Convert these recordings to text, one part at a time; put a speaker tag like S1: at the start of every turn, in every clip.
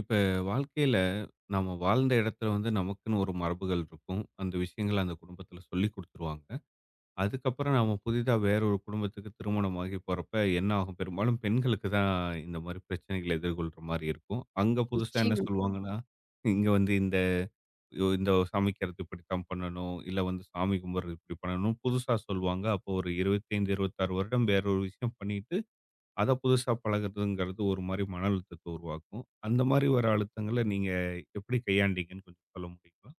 S1: இப்ப வாழ்க்கையில நம்ம வாழ்ந்த இடத்துல வந்து நமக்குன்னு ஒரு மரபுகள் இருக்கும். அந்த விஷயங்கள அந்த குடும்பத்துல சொல்லிக் குடுத்துருவாங்க. அதுக்கப்புறம் நாம புதிதா வேற ஒரு குடும்பத்துக்கு திருமணமாகி போறப்ப என்ன ஆகும்? பெரும்பாலும் பெண்களுக்கு தான் இந்த மாரி பிரச்சனைகள எதிர்கொள்ற மாரி இருக்கும். அங்க புதுசா என்ன
S2: நிச்சயமா,
S1: சொல்லுவாங்கன்னா, இங்க வந்து இந்த இந்த சமைக்கிறது இப்படித்தான் பண்ணணும். இல்ல வந்து சாமி கும்பிடுறது இப்படி பண்ணணும். புதுசா சொல்லுவாங்க. அப்போ ஒரு 25, 26 வருடம் வேற ஒரு விஷயம் பண்ணிட்டு அத புதுசா பழகுறதுங்கிறது ஒரு மாரி மன அழுத்தத்த உருவாக்கும். அந்த மாரி வர அழுத்தங்கள நீங்க எப்படி கையாண்டீங்கன்னு கொஞ்சம் சொல்ல முடியுங்களா?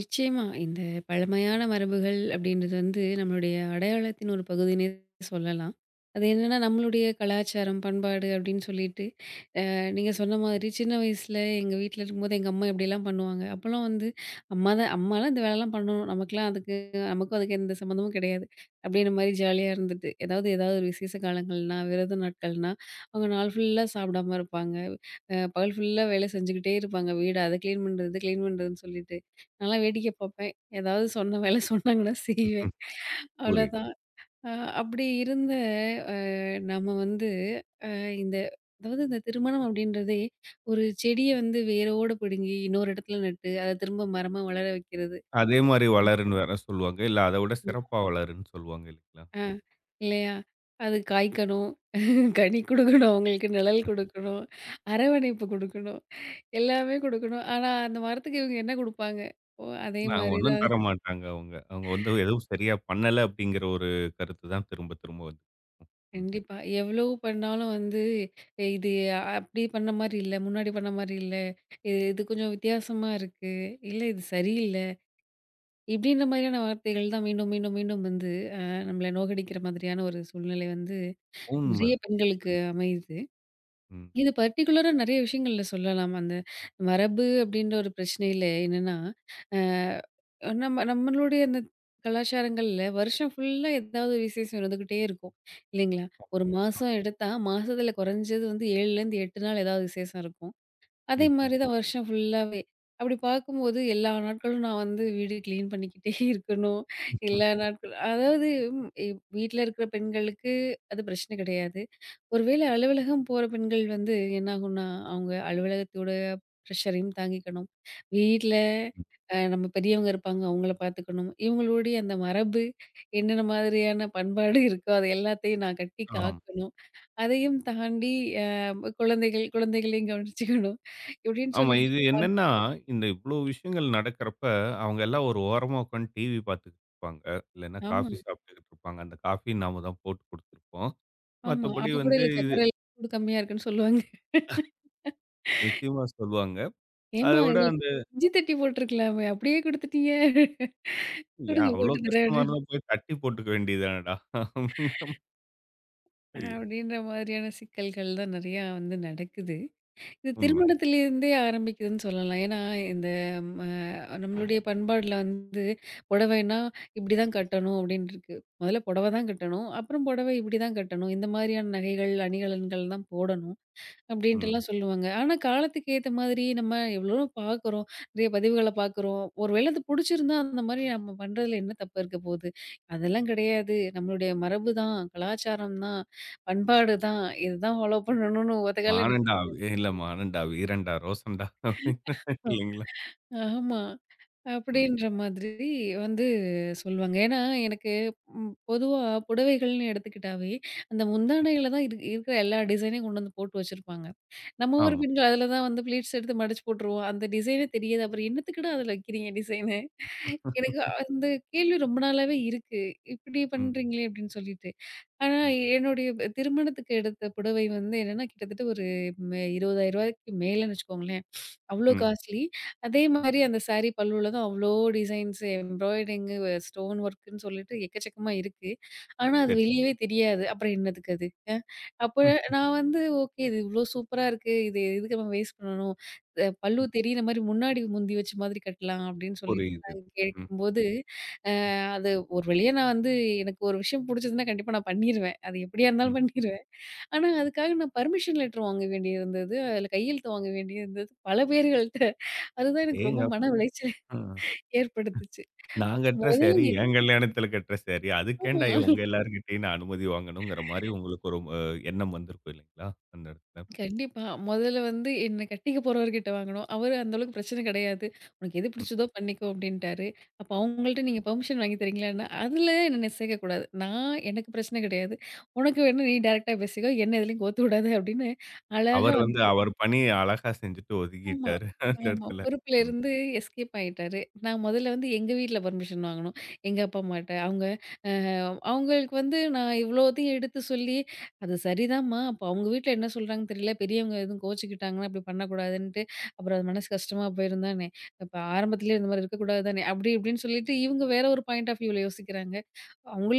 S2: நிச்சயமா. இந்த பழமையான மரபுகள் அப்படின்றது வந்து நம்மளுடைய அடையாளத்தின் ஒரு பகுதின்னே சொல்லலாம். அது என்னன்னா நம்மளுடைய கலாச்சாரம், பண்பாடு அப்படின்னு சொல்லிட்டு, நீங்க சொன்ன மாதிரி சின்ன வயசுல எங்க வீட்ல இருக்கும்போது எங்க அம்மா இப்படிலாம் பண்ணுவாங்க. அப்பலாம் வந்து அம்மா தான் அம்மாலாம் இந்த வேலைலாம் பண்ணணும். நமக்கெல்லாம் அதுக்கு நமக்கும் அதுக்கு எந்த சம்மந்தமும் கிடையாது. அப்படின்ற மாரி ஜாலியா இருந்துட்டு, ஏதாவது ஏதாவது ஒரு விசேஷ காலங்கள்னா, விரத நாட்கள்னா, அவங்க நாள் ஃபுல்லா சாப்பிடாம இருப்பாங்க. பகல் ஃபுல்லா வேலை செஞ்சுக்கிட்டே இருப்பாங்க. வீடு அத கிளீன் பண்றது, கிளீன் பண்றதுன்னு சொல்லிட்டு. நான்லாம் வேடிக்கை பார்ப்பேன். ஏதாவது சொன்ன வேலை சொன்னாங்கன்னா செய்வேன்.
S1: புரியுது.
S2: அவ்வளோதான். அ அப்படி இருந்த அ நம்ம வந்து அ இந்த அதாவது இந்த திருமணம் அப்படின்றதே, ஒரு செடிய வந்து வேரோட பிடுங்கி இன்னொரு இடத்துல நட்டு, அத திரும்ப மரமா வளர வைக்கிறது.
S1: அதே மாரி வளருன்னு வேற சொல்லுவாங்க. இல்ல அத விட சிறப்பா வளருன்னு சொல்லுவாங்க இல்லைங்களா?
S2: ஆ, இல்லையா? அது காய்க்கணும். கனி குடுக்கணும், அவங்களுக்கு நிழல் குடுக்கணும், அரவணைப்பு குடுக்கணும், எல்லாமே குடுக்கணும். ஆனா, அந்த மரத்துக்கு இவங்க என்ன குடுப்பாங்க? ஓ! அதே
S1: நான்
S2: மாரி
S1: ஒண்ணும்
S2: தான்.
S1: தர மாட்டாங்க அவங்க. அவங்க வந்து எதுவும் சரியா பண்ணல அப்படிங்கிற ஒரு கருத்து தான் திரும்ப திரும்ப வந்து வந்தது.
S2: கண்டிப்பா. எவ்ளோ பண்ணாலும் வந்து "ஏய், இது அப்படி பண்ண மாரி இல்ல, முன்னாடி பண்ண மாரி இல்ல, இது இது கொஞ்சம் வித்தியாசமா இருக்கு, இல்ல இது சரியில்ல. இப்படின்ற மாதிரியான வார்த்தைகள் தான் மீண்டும், மீண்டும், மீண்டும் வந்து அ நம்மள நோகடிக்கிற மாதிரியான ஒரு சூழ்நிலை வந்து
S1: உண்ம.
S2: நெறைய பெண்களுக்கு அமையுது.
S1: ம்.
S2: இது பர்ட்டிகுலரா நெறைய விஷயங்கள்ல சொல்லலாம். அந்த மரபு அப்படின்ற ஒரு பிரச்சனையில என்னன்னா, அ நம்ம நம்மளுடைய அந்த கலாச்சாரங்கள்ல வருஷம் ஃபுல்லா ஏதாவது ஒரு விசேஷம் இருந்துகிட்டே இருக்கும். இல்லைங்களா? ஒரு
S1: ஆமா.
S2: மாசம் எடுத்தா, மாசத்துல குறைஞ்சது வந்து 7லருந்து 8 நாள் ஏதாவது விசேஷம் இருக்கும். அதே
S1: நிச்சயம்.
S2: மாரி தான் வருஷம் ஃபுல்லாவே. அப்படி பார்க்கும்போது எல்லா நாட்களும் நான் வந்து வீடு கிளீன் பண்ணிக்கிட்டே இருக்கணும்.
S1: ம்.
S2: எல்லா நாட்களும் அதாவது வீட்ல இருக்கிற பெண்களுக்கு அது பிரச்சனை கிடையாது. ஒரு வேளை அலுவலகம் போற பெண்கள் வந்து என்னாகும்னா, அவங்க அலுவலகத்தோட ப்ரெஷரையும் தாங்கிக்கணும். வீட்ல நம்ம பெரியவங்க இருப்பாங்க, அவங்கள பார்த்துக்கணும். இவங்களுடைய அந்த மரபு என்னென்ன மாதிரியான பண்பாடு இருக்கோ, அது எல்லாத்தையும் நான் கட்டி
S1: ஆமா.
S2: காக்கணும். அதையும் தாண்டி அ குழந்தைகள் குழந்தைகளையும் கவனிச்சுக்கணும். இப்படின்னு
S1: ஆமா.
S2: சொல்லிட்டு
S1: இது என்னன்னா, இந்த இவ்ளோ விஷயங்கள் நடக்கிறப்ப, அவங்க எல்லாம் ஒரு ஓரமா உட்காந்து டிவி பார்த்துக்கிட்டு இருப்பாங்க. இல்லன்னா
S2: ஆமா,
S1: காஃபி சாப்பிட்டுக்கிட்டு இருப்பாங்க. அந்த காஃபி நாம தான் போட்டு குடுத்துருப்போம்.
S2: ஆமா.
S1: மத்தபடி
S2: அப்ப கூட
S1: வந்து
S2: இல்ல சர்க்கரை சூடு கம்மியா இருக்குன்னு சொல்லுவாங்க.
S1: நிச்சயமா சொல்லுவாங்க. அத
S2: ஏம்மா
S1: விட
S2: இதுல
S1: அந்த
S2: இஞ்சி தட்டி போட்டுருக்கலாமே, அப்படியே குடுத்துட்டீங்க.
S1: "ஏன்
S2: குடுங்க
S1: அவ்ளோ
S2: போட்டு
S1: கஷ்டமா
S2: தரேன்
S1: இருந்தா போய் தட்டி போட்டுக்க வேண்டியது தானடா" அப்படிங்கிற மாரி
S2: அப்படின்ற மாதிரியான சிக்கல்கள் தான் நிறையா வந்து நடக்குது. இது
S1: உண்ம.
S2: திருமணத்திலிருந்தே ஆரம்பிக்குதுன்னு சொல்லலாம். ஏன்னா, இந்த ம நம்மளுடைய பண்பாடுல வந்து புடவைன்னா இப்படிதான் கட்டணும் அப்படின்னு இருக்கு. முதல்ல புடவை தான் கட்டணும். அப்புறம் புடவை இப்படி தான் கட்டணும். இந்த மாதிரியான நகைகள், அணிகலன்கள் தான் போடணும்.
S1: ம்.
S2: அப்படின்ட்டுலாம் சொல்லுவாங்க. ஆனா, காலத்துக்கு ஏத்த மாதிரி நம்ம எவ்வளவோ பார்க்குறோம். நிறைய பதிவுகள பார்க்குறோம். ஒரு வேள அது புடிச்சிருந்தா, அந்த மாரி நம்ம பண்றதுல என்ன தப்பு இருக்க போகுது? அதெல்லாம் கிடையாது. நம்மளுடைய மரபு தான், கலாச்சாரம் தான், பண்பாடு தான். இதுதான் ஃபாலோ பண்ணணும்னு ஒத்த கால்ல
S1: "மானண்டா,
S2: நிக்கணும்.
S1: இல்ல மானண்டா, வீரன்டா, ரோசன்டா" அப்படிங்கிறாங்க இல்லைங்களா?
S2: ஆமா.
S1: ம்.
S2: அப்படின்ற மாதிரி வந்து சொல்லுவாங்க. ஏன்னா, எனக்கு பொதுவா புடவைகள்னு எடுத்துக்கிட்டாவே, அந்த முந்தானையில தான் இருக்கிற எல்லா டிசைனையும் கொண்டு வந்து போட்டு வச்சிருப்பாங்க. நம்ம ஊர்
S1: ஆமா.
S2: பெண்கள் அதில தான் வந்து ப்ளீட்ஸ் எடுத்து மடிச்சு போட்டுருவோம். அந்த டிசைனே தெரியாது. அப்புறம் என்னத்துக்குடா அதில வைக்கிறீங்க டிசைனு? எனக்கு அந்த கேள்வி ரொம்ப நாளாவே இருக்கு. இப்படி
S1: ம்.
S2: பண்றீங்களே! அப்படின்னு சொல்லிட்டு. ஆனா,
S1: ம்.
S2: என்னுடைய திருமணத்துக்கு எடுத்த புடவை வந்து என்னன்னா, கிட்டத்தட்ட ஒரு ரூ. 20,000க்கு மேலன்னு வச்சுக்கோங்களேன். அவ்ளோ
S1: ம்.
S2: காஸ்ட்லி. அதே மாரி அந்த சாரி பல்லுல தான் அவ்ளோ டிசைன்ஸ், எம்ப்ராய்டரிங்கு, ஸ்டோன் ஒர்க்குன்னு சொல்லிட்டு எக்கச்சக்கமா இருக்கு. ஆனா, அது
S1: சரி.
S2: வெளியவே தெரியாது. அப்புறம் என்னத்துக்கு அது? அப்ப
S1: ம்.
S2: நான் வந்து ஓகே இது இவ்ளோ சூப்பரா இருக்கு. இது எதுக்கு நம்ம வேஸ்ட் பண்ணணும்? பல்லு
S1: ம்.
S2: தெரியிற மாரி முன்னாடி முந்தி வச்ச மாதிரி கட்டலாம் அப்படின்னு சொல்லிட்டு
S1: புரியுது.
S2: நான்
S1: ம்.
S2: கேட்கும்போது
S1: ம்.
S2: அது ஒரு வழியா நான் வந்து எனக்கு ஒரு விஷயம் புடிச்சதுன்னா கண்டிப்பா நான் பண்ணிருவேன். அது எப்படியா
S1: ம்.
S2: இருந்தாலும் பண்ணிருவேன். ஆனா அதுக்காக நான் பர்மிஷன் லெட்டர் வாங்க வேண்டியிருந்தது. அதுல கையெழுத்து வாங்க வேண்டியிருந்தது பல பேர்கள்ட்ட. அதுதான் எனக்கு ரொம்ப
S1: அடேங்கப்பா!
S2: மன உளைச்சலை
S1: ஆ.
S2: ஏற்படுத்துச்சு.
S1: நான் கட்டுற
S2: முதல்ல
S1: சேரி,
S2: எ
S1: என் கல்யாணத்துல கட்டுற சேரி. அதுக்கேன்டா
S2: ஆமா.
S1: உங்க எல்லார்கிட்டயும் நான் அனுமதி வாங்கணுங்கிற மாரி உங்களுக்கு ஒரு எண்ணம் வந்திருக்கும் இல்லைங்களா? அந்த இடத்துல.
S2: கண்டிப்பா. முதல்ல வந்து என்ன கட்டிக்க போறவர்கிட்ட வாங்கணும். அவரு அந்த அளவுக்கு பிரச்சனை கிடையாது. "உனக்கு எது
S1: ம்.
S2: பிடிச்சதோ பண்ணிக்கோ" அப்படின்ட்டாரு. அப்ப அவங்கள்ட்ட நீங்க பெர்மிஷன் வாங்கி தரீங்களான்னா, அதுல என்ன சேர்க்கக்கூடாது. நான் எனக்கு பிரச்சனை கிடையாது. "உனக்கு வேணா நீ டைரக்ட்டா பேசிக்கோ. என்ன எதுலயும் கோத்து விடாத" அப்படின்னு அழகா
S1: அவர்
S2: வந்து
S1: வந்து அவர் பணி அழகா செஞ்சுட்டு
S2: ஆமா.
S1: ஒதுங்கிட்டாரு அந்த
S2: ஆமா.
S1: இடத்துல. ம்,
S2: பொறுப்புலேருந்து எஸ்கேப் ஆயிட்டாரு. நான் முதல்ல வந்து எங்க வீட்ல பர்மிஷன் வாங்கணும். எங்க அப்பா அம்மாட்ட. அவங்க அ அவங்களுக்கு வந்து நான் இவ்வளோத்தையும் எடுத்து சொல்லி, "அது சரிதாம்மா. அப்போ அவங்க வீட்ல என்ன சொல்றாங்கன்னு தெரியல. பெரியவங்க எதுவும் கோவிச்சுக்கிட்டாங்கன்னா, இப்படி பண்ணக்கூடாதுன்ட்டு, அப்புறம் அது மனசு கஷ்டமா போயிரும் தானே. அப்ப ஆரம்பத்திலேயே இந்த மாரி இருக்கக்கூடாது தானே." அப்படி இப்படின்னு சொல்லிட்டு, இவங்க வேற ஒரு பாயிண்ட் ஆஃப் வியூல யோசிக்கிறாங்க.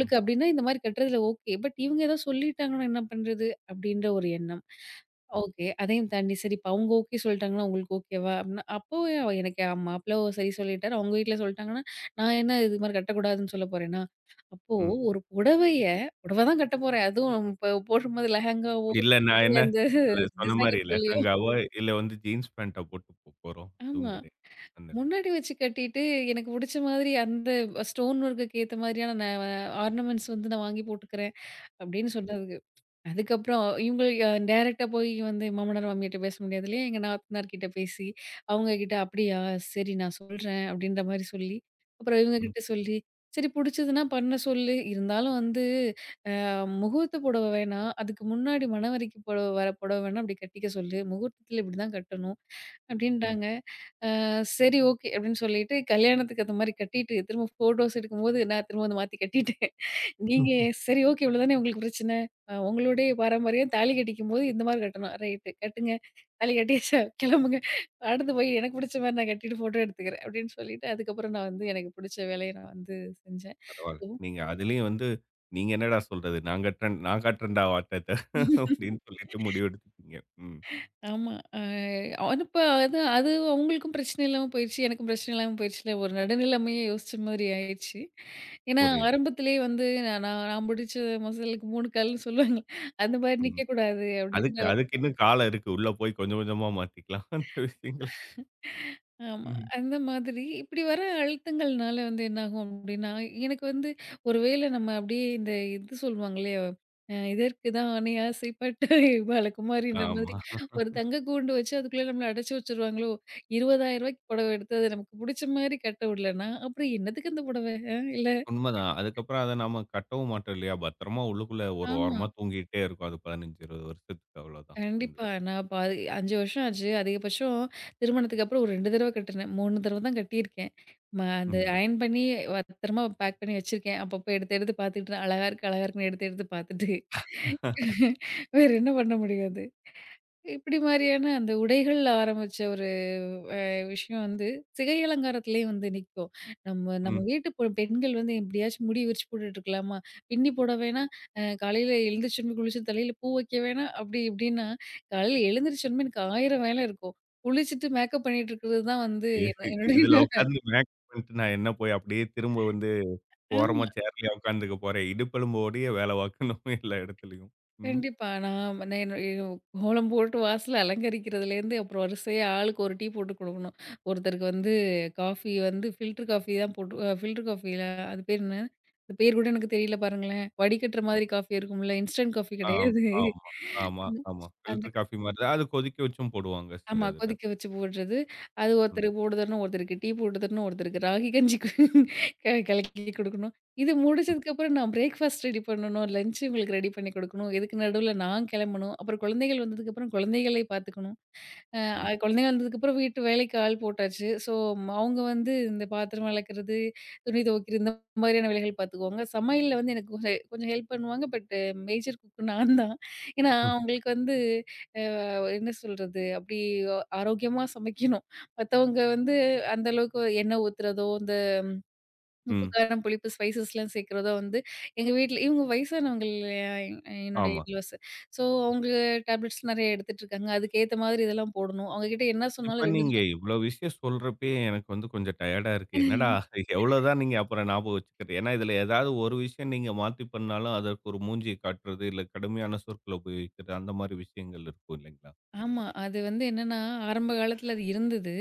S1: ம்,
S2: அப்படின்னா இந்த மாரி கட்டுறதுல ஓகே. பட் இவங்க ஏதோ சொல்லிட்டாங்கன்னா என்ன பண்றது? அப்படின்ற ஒரு எண்ணம்.
S1: ம்,
S2: ஓகே. அதையும் தாண்டி சரி இப்ப அவங்க ஓகே சொல்லிட்டாங்கன்னா, உங்களுக்கு ஓகேவா? அப்டின்னா அப்போ எனக்கு மாப்பிள சரி சொல்லிட்டாரு. அவங்க வீட்ல சொல்லிட்டாங்கன்னா, நான் என்ன இது மாரி கட்டக்கூடாதுன்னு சொல்ல போறேனா? அப்போ
S1: ம்.
S2: ஒரு புடவைய புடவ தான் கட்ட போறேன். அதுவும் இப்ப போடும்போது லெஹெங்காவோ
S1: இல்ல நான் என்ன
S2: அந்த
S1: இல்ல சொன்ன மாரி
S2: டிசைனர் சொல்லியோ
S1: லெஹெங்காவோ இல்ல வந்து ஜீன்ஸ் பேண்டா போட்டு போறோம். அதுவும்
S2: ஆமா.
S1: கிடையாது. அந்த இடத்துல.
S2: முன்னாடி வச்சு கட்டிட்டு எனக்கு புடிச்ச மாதிரி அந்த ஸ்டோன் ஒர்க்குக்கு ஏத்த மாதிரியான நான் ஆர்னமெண்ட்ஸ் வந்து நான் வாங்கி போட்டுக்கிறேன். அப்படின்னு சொன்னதுக்கு. அதுக்கப்புறம் இவங்க டைரக்ட்டா போய் வந்து மாமனார், மாமியார்ட்ட பேச முடியாது இல்லையா? எங்க நாத்தனார் கிட்ட பேசி, அவங்க கிட்ட "அப்படியா! சரி நான் சொல்றேன்" அப்படின்ற மாரி சொல்லி, அப்புறம் இவங்க
S1: ம்,
S2: கிட்ட சொல்லி, சரி புடிச்சதுன்னா பண்ண சொல்லு. இருந்தாலும் வந்து அ முகூர்த்த புடவ வேணாம். அதுக்கு முன்னாடி மணவரைக்கு புடவ வர புடவ வேணா அப்படி கட்டிக்க சொல்லு. முகூர்த்தத்துல இப்படிதான் கட்டணும்
S1: ம்.
S2: அப்படின்ட்டாங்க. சரி ஓகே. அப்படின்னு சொல்லிட்டு கல்யாணத்துக்கு அந்த மாரி கட்டிட்டு, திரும்ப ஃபோட்டோஸ் எடுக்கும்போது நான் திரும்ப அத மாத்தி கட்டிட்டேன். நீங்க சரி ஓகே இவ்வளவு தானே உங்களுக்கு பிரச்சனை. உங்களுடைய பாரம்பரியம் தாலி கட்டிக்கும்போது இந்த மாரி கட்டணும். ரைட்டு கட்டுங்க. தாலி கட்டியாச்சா கிளம்புங்க. அடுத்து போய் எனக்கு பிடிச்ச மாரி நான் கட்டிட்டு ஃபோட்டோ எடுத்துக்கிறேன். அப்படின்னு சொல்லிட்டு அதுக்கப்புறம் நான் வந்து எனக்கு பிடிச்ச வேலைய நான் வந்து செஞ்சேன்.
S1: பரவால்ல. நீங்க அதுலயும் வந்து நீங்க என்னடா சொல்றது? நான் கட்டுறேன் நான் காட்டுறேன்டா வாட்டத்த அப்படின்னு சொல்லிட்டு முடிவெடுத்துட்டீங்க. ம்.
S2: ஆமா. அ அனுப்ப அது அது அவங்களுக்கும் பிரச்சனை இல்லாம போயிருச்சு. எனக்கும் பிரச்சனை இல்லாம போயிருச்சுல. ஒரு நடுநிலைமையே யோசிச்ச மாதிரி ஆயிருச்சு. ஏன்னா
S1: புரியுது.
S2: ஆரம்பத்திலேயே வந்து நான் நான் நான் பிடிச்ச மசாலுக்கு 3 கால்னு சொல்லுவாங்க. அந்த மாரி
S1: ம்.
S2: நிக்கக்கூடாது அப்படின்ற
S1: அதுக்கு அதுக்கு இன்னும் காலம் இருக்கு. உள்ள போய் கொஞ்சம் கொஞ்சமா மாத்திக்கலாம் அந்த விஷயங்கள.
S2: ஆமா.
S1: ம்.
S2: அந்த மாதிரி இப்படி வர அழுத்தங்கள்னால வந்து என்னாகும் அப்படின்னா, எனக்கு வந்து ஒரு வேளை நம்ம அப்படியே இந்த இது சொல்லுவாங்களே, "இதற்கு தான் ஆணை ஆசைப்பட்ட பாலகுமாரின்ற" மாதிரி
S1: ஆமா.
S2: ஒரு தங்க கூண்டு வச்சு அதுக்குள்ள நம்மள அடைச்சு வச்சுருவாங்களோ! ரூ. 20,000க்கு புடவ எடுத்து, அது நமக்கு புடிச்ச மாரி கட்ட விடலன்னா, அப்புறம் என்னத்துக்கு அந்த புடவ? இல்ல.
S1: உண்மதான். அதுக்கப்புறம் அத நாம கட்டவும் மாட்டோம் இல்லையா? பத்திரமா உள்ளுக்குள்ள ஒரு
S2: ஆமா.
S1: ஓரமா தூங்கிட்டே இருக்கும். அது 15, 20 வருஷத்துக்கு அவ்வளோதான். அந்த
S2: கண்டிப்பா. நான் அப்ப அது 5 வருஷம் ஆச்சு. அதிகபட்சம் திருமணத்துக்கு அப்புறம் ஒரு 2 தடவ கட்டுனேன். 3 தடவ தான் கட்டியிருக்கேன். அந்த
S1: உண்ம.
S2: அயர்ன் பண்ணி பத்திரமா பேக் பண்ணி வச்சிருக்கேன். அப்பப்போ எடுத்து எடுத்து பார்த்துட்டு, அழகா இருக்கு, அழகா இருக்குன்னு எடுத்து எடுத்து பார்த்துட்டு, வேற என்ன பண்ண முடியாது? இப்படி மாரியான அந்த உடைகள்ல ஆரம்பிச்ச ஒரு அ விஷயம் வந்து, சிகை அலங்காரத்திலேயும் வந்து நிக்கும். நம்ம நம்ம
S1: ம்.
S2: வீட்டு பெண்கள் வந்து எப்படியாச்சும் முடி விரிச்சு போட்டுட்டுருக்கலாமா? பின்னி போட வேணாம், காலையில எழுந்திரிச்சோனே குளிச்சு தலையில பூ வைக்க வேணாம், அப்படி இப்படின்னா, காலையில எழுந்திரிச்சோனமே எனக்கு 1000 வேலை இருக்கும். குளிச்சுட்டு மேக்கப் பண்ணிட்டு இருக்கிறது தான் வந்து
S1: இ
S2: என்ன என்னுடைய
S1: இதுல உட்கார்ந்து மேக்ஸ் பண்ணிட்டு நான் என்ன போய் அப்படியே திரும்ப வந்து ஓரமா சேர்லயா உட்கார்ந்துக்க போறேன். இடுப்பெலும்பு ஓடயே வேல பார்க்கணும் எல்லா இடத்துலயும். ம்.
S2: கண்டிப்பா. நான் என்னுடைய கோலம் போட்டு வாசல அலங்கரிக்கிறதுலேருந்து, அப்புறம் வரிசையா ஆளுக்கு ஒரு டீ போட்டு குடுக்கணும். ஒருத்தருக்கு வந்து காஃபி வந்து ஃபில்டர் காஃபி தான் போட்டு ஃபில்டர் காஃபில அது பேர் என்ன? அது பேர் கூட எனக்கு தெரியல பாருங்களேன். வடிகட்டுற மாதிரி காஃபி இருக்கும்ல. இன்ஸ்டன்ட் காஃபி
S1: ஆம்,
S2: கிடையாது.
S1: ஆமா, ஆமா, ஆமா.
S2: அந்த
S1: ஃபில்டர் காஃபி மாரி தான். அது கொதிக்க வச்சும் போடுவாங்க சில
S2: ஆமா.
S1: இதுல.
S2: கொதிக்க வச்சு போடுறது. அது
S1: ம்,
S2: ஒருத்தருக்கு போடுதரணும், ஒருத்தருக்கு டீ போட்டு தரணும், ஒருத்தருக்கு ராகி கஞ்சி கு- க கலக்கி குடுக்கணும். இது
S1: ம்,
S2: முடிச்சதுக்கப்புறம் நான் பிரேக்ஃபாஸ்ட் ரெடி பண்ணணும். லஞ்ச் இவங்களுக்கு ரெடி பண்ணி குடுக்கணும். இதுக்கு நடுவுல நான் கெளம்பணும். அப்புறம் குழந்தைகள் வந்ததுக்கப்புறம் குழந்தைகளை பாத்துக்கணும்.
S1: ம்,
S2: குழந்தைகள் வந்ததுக்கப்புறம் வீட்டு வேலைக்கு ஆள் போட்டாச்சு. ஸோ அவங்க வந்து இந்த பாத்திரம் வெளக்குறது, துணி துவைக்கிறது இந்த மாதிரியான வேலைகள் பாத்துக்குவாங்க. சமையல்ல வந்து எனக்கு கொஞ்சம் கொஞ்சம் ஹெல்ப் பண்ணுவாங்க. பட் மேஜர் குக் நான் தான். ஏன்னா அவங்களுக்கு வந்து என்ன சொல்றது? அப்படி ஆரோக்கியமா சமைக்கணும். மத்தவங்க வந்து அந்த அளவுக்கு எண்ணெய் ஊத்துறதோ, இந்த உப்பு,
S1: ம்.
S2: காரம், புளிப்பு ஸ்பைசஸ்லாம் சேர்க்கிறதோ வந்து எங்க வீட்ல இவங்க வயசானவங்க இல்லையா? என்னுடைய
S1: ஆமா.
S2: இன்லாஸ். ஸோ அவங்க டேப்லெட்ஸ் நெறைய எடுத்துட்டு இருக்காங்க. அதுக்கேத்த மாதிரி இதெல்லாம் போடணும். அவங்க கிட்ட என்ன
S1: இப்ப
S2: சொன்னாலும் 2
S1: நீங்க
S2: தடவ
S1: இவ்ளோ விஷயம் சொல்றப்பயே எனக்கு வந்து கொஞ்சம் டயர்டா இருக்கு. என்னடா! எவ்வளோதான் நீங்க அப்புறம் ஞாபகம் வச்சுக்கிறது. ஏன்னா, இதுல ஏதாவது ஒரு விஷயம் நீங்க மாத்தி பண்ணாலும், அதற்கு ஒரு மூஞ்சிய காட்டுறது, இல்ல கடுமையான சொற்கள உபயோகிக்கிறது, அந்த மாரி விஷயங்கள் இருக்கும் இல்லைங்களா? இதுல.
S2: ஆமா. அது வந்து என்னன்னா, ஆரம்ப காலத்துல அது இருந்தது.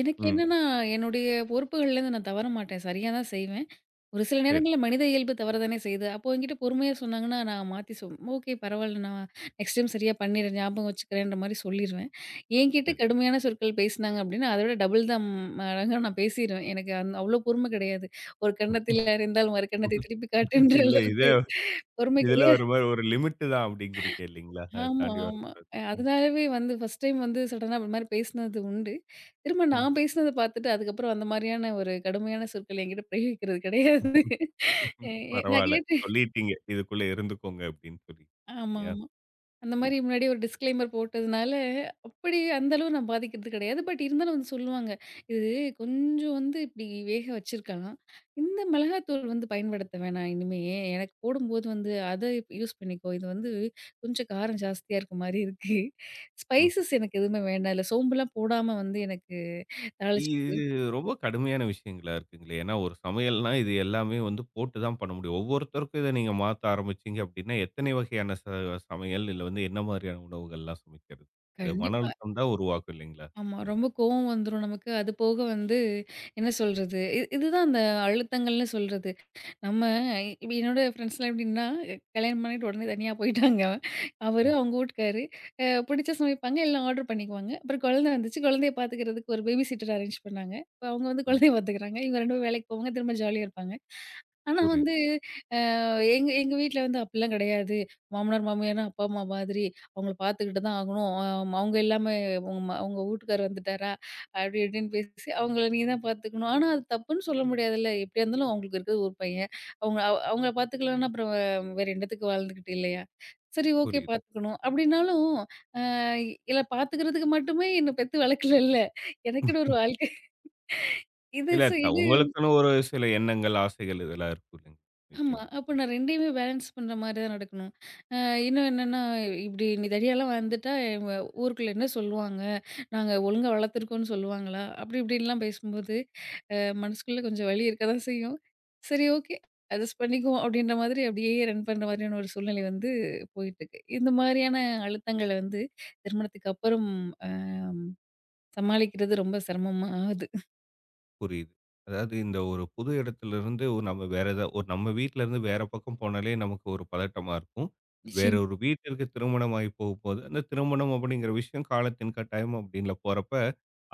S2: எனக்கு
S1: ம்.
S2: என்னன்னா, என்னுடைய பொறுப்புகள்லேருந்து நான் தவற மாட்டேன். சரியா தான் செய்வேன். ஒரு சில
S1: சரி,
S2: நேரங்கள்ல மனித இயல்பு தவறதானே செய்யுது. அப்போ என்கிட்ட பொறுமையா சொன்னாங்கன்னா, நான் மாத்தி சொ ஓகே பரவால்ல நான் நெக்ஸ்ட் டைம் சரியா பண்ணிடுறேன். ஞாபகம் வச்சுக்கிறேன்ற மாரி சொல்லிருவேன். என்கிட்ட
S1: சரி.
S2: கடுமையான சொற்கள் பேசினாங்க அப்படின்னா, அத விட டபுள் தான் மடங்கா நான் பேசிருவேன். எனக்கு அவ்ளோ பொறுமை கிடையாது. ஒரு கன்னத்தில் அறிந்தால் மறு கன்னத்தை திருப்பி காட்டுன்ற
S1: இல்ல இதே
S2: அளவுக்கு பொறுமை
S1: இதுல
S2: கிடையாது.
S1: ஒரு மாரி ஒரு லிமிட்டு தான் அப்டிங்கிறீங்க இல்லைங்களா? அத
S2: ஆமா,
S1: தாண்டி
S2: ஆமா.
S1: வரக்கூடாது. ம்,
S2: அதனாலவே வந்து ஃபர்ஸ்ட் டைம் வந்து சடனா அந்த மாரி பேசினது உண்டு. திரும்ப
S1: ம்.
S2: நான் பேசினத பார்த்துட்டு அதுக்கப்புறம் அந்த மாரியான ஒரு கடுமையான சொற்கள் என்கிட்ட பிரயோகிக்கிறது கிடையாது. எ நான்
S1: பரவால்ல.
S2: கேட்டு
S1: சொல்லிட்டீங்க. இதுக்குள்ள இருந்துக்கோங்க அப்டின்னு சொல்லி.
S2: ஆமா,
S1: இல்லையா?
S2: ஆமா. அந்த
S1: ம்.
S2: மாரி முன்னாடி ஒரு டிஸ்க்ளைமர் போட்டதுனால, அப்படி அந்த அளவு நான் பாதிக்கிறது கிடையாது. பட் இருந்தாலும் வந்து சொல்லுவாங்க. "இது கொஞ்சம் வந்து இப்படி வேக வச்சிருக்கலாம். இந்த மிளகாத்தூள் வந்து பயன்படுத்த வேணாம் இனிமே. எனக்கு போடும்போது வந்து அத யூஸ் பண்ணிக்கோ. இது வந்து கொஞ்சம் காரம் ஜாஸ்தியா இருக்க மாரி இருக்கு.
S1: ம்.
S2: ஸ்பைசஸ் எனக்கு எதுவுமே வேண்டாம். இல்ல சோம்புலாம் போடாம வந்து எனக்கு தாளிச்சு
S1: இது
S2: குடு."
S1: ரொம்ப கடுமையான விஷயங்களா இருக்குங்களே! ஏன்னா ஒரு சமையல்னா இது எல்லாமே வந்து போட்டு தான் பண்ண முடியும். ஒவ்வொருத்தருக்கும் இத நீங்க மாத்த ஆரம்பிச்சீங்க அப்டின்னா, எத்தனை வகையான சமையல் இல்ல வந்து என்ன மாரியான உணவுகள்லாம் சமைக்கிறது? இந்த மன
S2: கண்டிப்பா.
S1: அழுத்தம் தான் உருவாக்கும் இல்லைங்களா?
S2: ஆமா.
S1: ம்,
S2: ரொம்ப கோவம் வந்துரும் நமக்கு. அது போக வந்து என்ன சொல்றது? இதுதான் அந்த அழுத்தங்கள்னு சொல்றது. நம்ம இப்ப என்னோட ஃப்ரெண்ட்ஸ்லாம் எப்படின்னா, கல்யாணம் பண்ணிட்டு உடனே தனியா போயிட்டாங்க. அவரு,
S1: ம்,
S2: அவங்க வூட்டுக்காரு. அ பிடிச்ச சமைப்பாங்க, எல்லாம் ஆர்டர் பண்ணிக்குவாங்க. அப்புறம் குழந்தை வந்துச்சு. குழந்தைய பார்த்துக்கிறதுக்கு ஒரு பேபி சிட்டர் அரேஞ்ச் பண்ணாங்க. இப்ப அவங்க வந்து
S1: ம்.
S2: குழந்தைய பார்த்துக்கிறாங்க. இவங்க 2 பேரும் வேலைக்கு போவாங்க. திரும்ப ஜாலியா இருப்பாங்க. ஆனா
S1: புரியுது,
S2: வந்து அ எங்க எங்க வீட்ல வந்து அப்படிலாம் கிடையாது. மாமனார், மாமியார்னா அப்பா, அம்மா மாதிரி. அவங்கள பார்த்துக்கிட்டு தான் ஆகணும். அவங்க இல்லாம உங்க வூட்டுக்காரர் வந்துட்டாரா? அப்படி இப்படின்னு பேசி, அவங்கள நீ தான் பார்த்துக்கணும். ஆனா அது தப்புன்னு சொல்ல முடியாதுல்ல. எப்படியா இருந்தாலும் அவங்களுக்கு இருக்கிறது ஒரு பையன். அவங்கள பார்த்துக்கலன்னா அப்புறம் வேற என்னத்துக்கு வாழ்ந்துக்கிட்டு இல்லையா? சரி ஓகே
S1: புரியுது.
S2: பார்த்துக்கணும். அப்படின்னாலும் அ இல்ல பார்த்துக்கிறதுக்கு மட்டுமே என்ன பெத்து வளர்க்கலல்ல. எனக்குன்னு ஒரு வாழ்க்கை. இது
S1: இல்ல
S2: ச இது
S1: உங்களுக்குன்னு ஒரு சில எண்ணங்கள், ஆசைகள் இதெல்லாம் இருக்கும் இல்லைங்களா?
S2: ஆமா.
S1: நிச்சயமா.
S2: அப்போ நான் 2யுமே பேலன்ஸ் பண்ற மாரி தான் நடக்கணும். அ இன்னும் என்னன்னா, இப்படி நீ தடியாலாம் வளர்ந்துட்டா இவ ஊருக்குள்ள என்ன சொல்லுவாங்க? நாங்க ஒழுங்கா வளர்த்துருக்கோம்னு சொல்லுவாங்களா? அப்படி இப்படின்லாம் பேசும்போது, அ மனசுக்குள்ள கொஞ்சம் வலி இருக்க தான் செய்யும். சரி ஓகே. அட்ஜஸ்ட் பண்ணிக்குவோம் அப்படின்ற மாதிரி அப்படியே ரன் பண்ற மாதிரியான ஒரு சூழ்நிலை வந்து போயிட்டுருக்கு. இந்த மாதிரியான அழுத்தங்கள வந்து திருமணத்துக்கு அப்புறம் அ சமாளிக்கிறது ரொம்ப சிரமமா ஆகுது.
S1: புரியுது. அதாவது இந்த ஒரு புது இடத்துலருந்து நம்ம வேற ஏதா ஒரு நம்ம வீட்லருந்து வேற பக்கம் போனாலே நமக்கு ஒரு பதட்டமா இருக்கும். வேற
S2: நிச்சயமா
S1: ஒரு வீட்டிற்கு திருமணமாகி போகும்போது, அந்த திருமணம் அப்படிங்கிற விஷயம் காலத்தின் கட்டாயம் அப்படின்ல போறப்ப,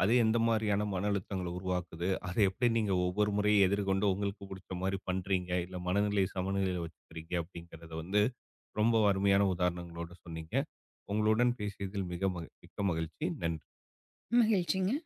S1: அது எந்த மாரியான மன அழுத்தங்கள உருவாக்குது? அத எப்படி நீங்க ஒவ்வொரு முறையும் எதிர்கொண்டு உங்களுக்கு புடிச்ச மாரி பண்றீங்க? இல்ல மனநிலை சமநிலையில வச்சுக்கிறீங்க அப்படிங்கிறத வந்து ரொம்ப அருமையான உதாரணங்களோட சொன்னீங்க. உங்களுடன் பேசியதில் மிக மிக்க மகிழ்ச்சி. நன்றி.
S2: மகிழ்ச்சிங்க.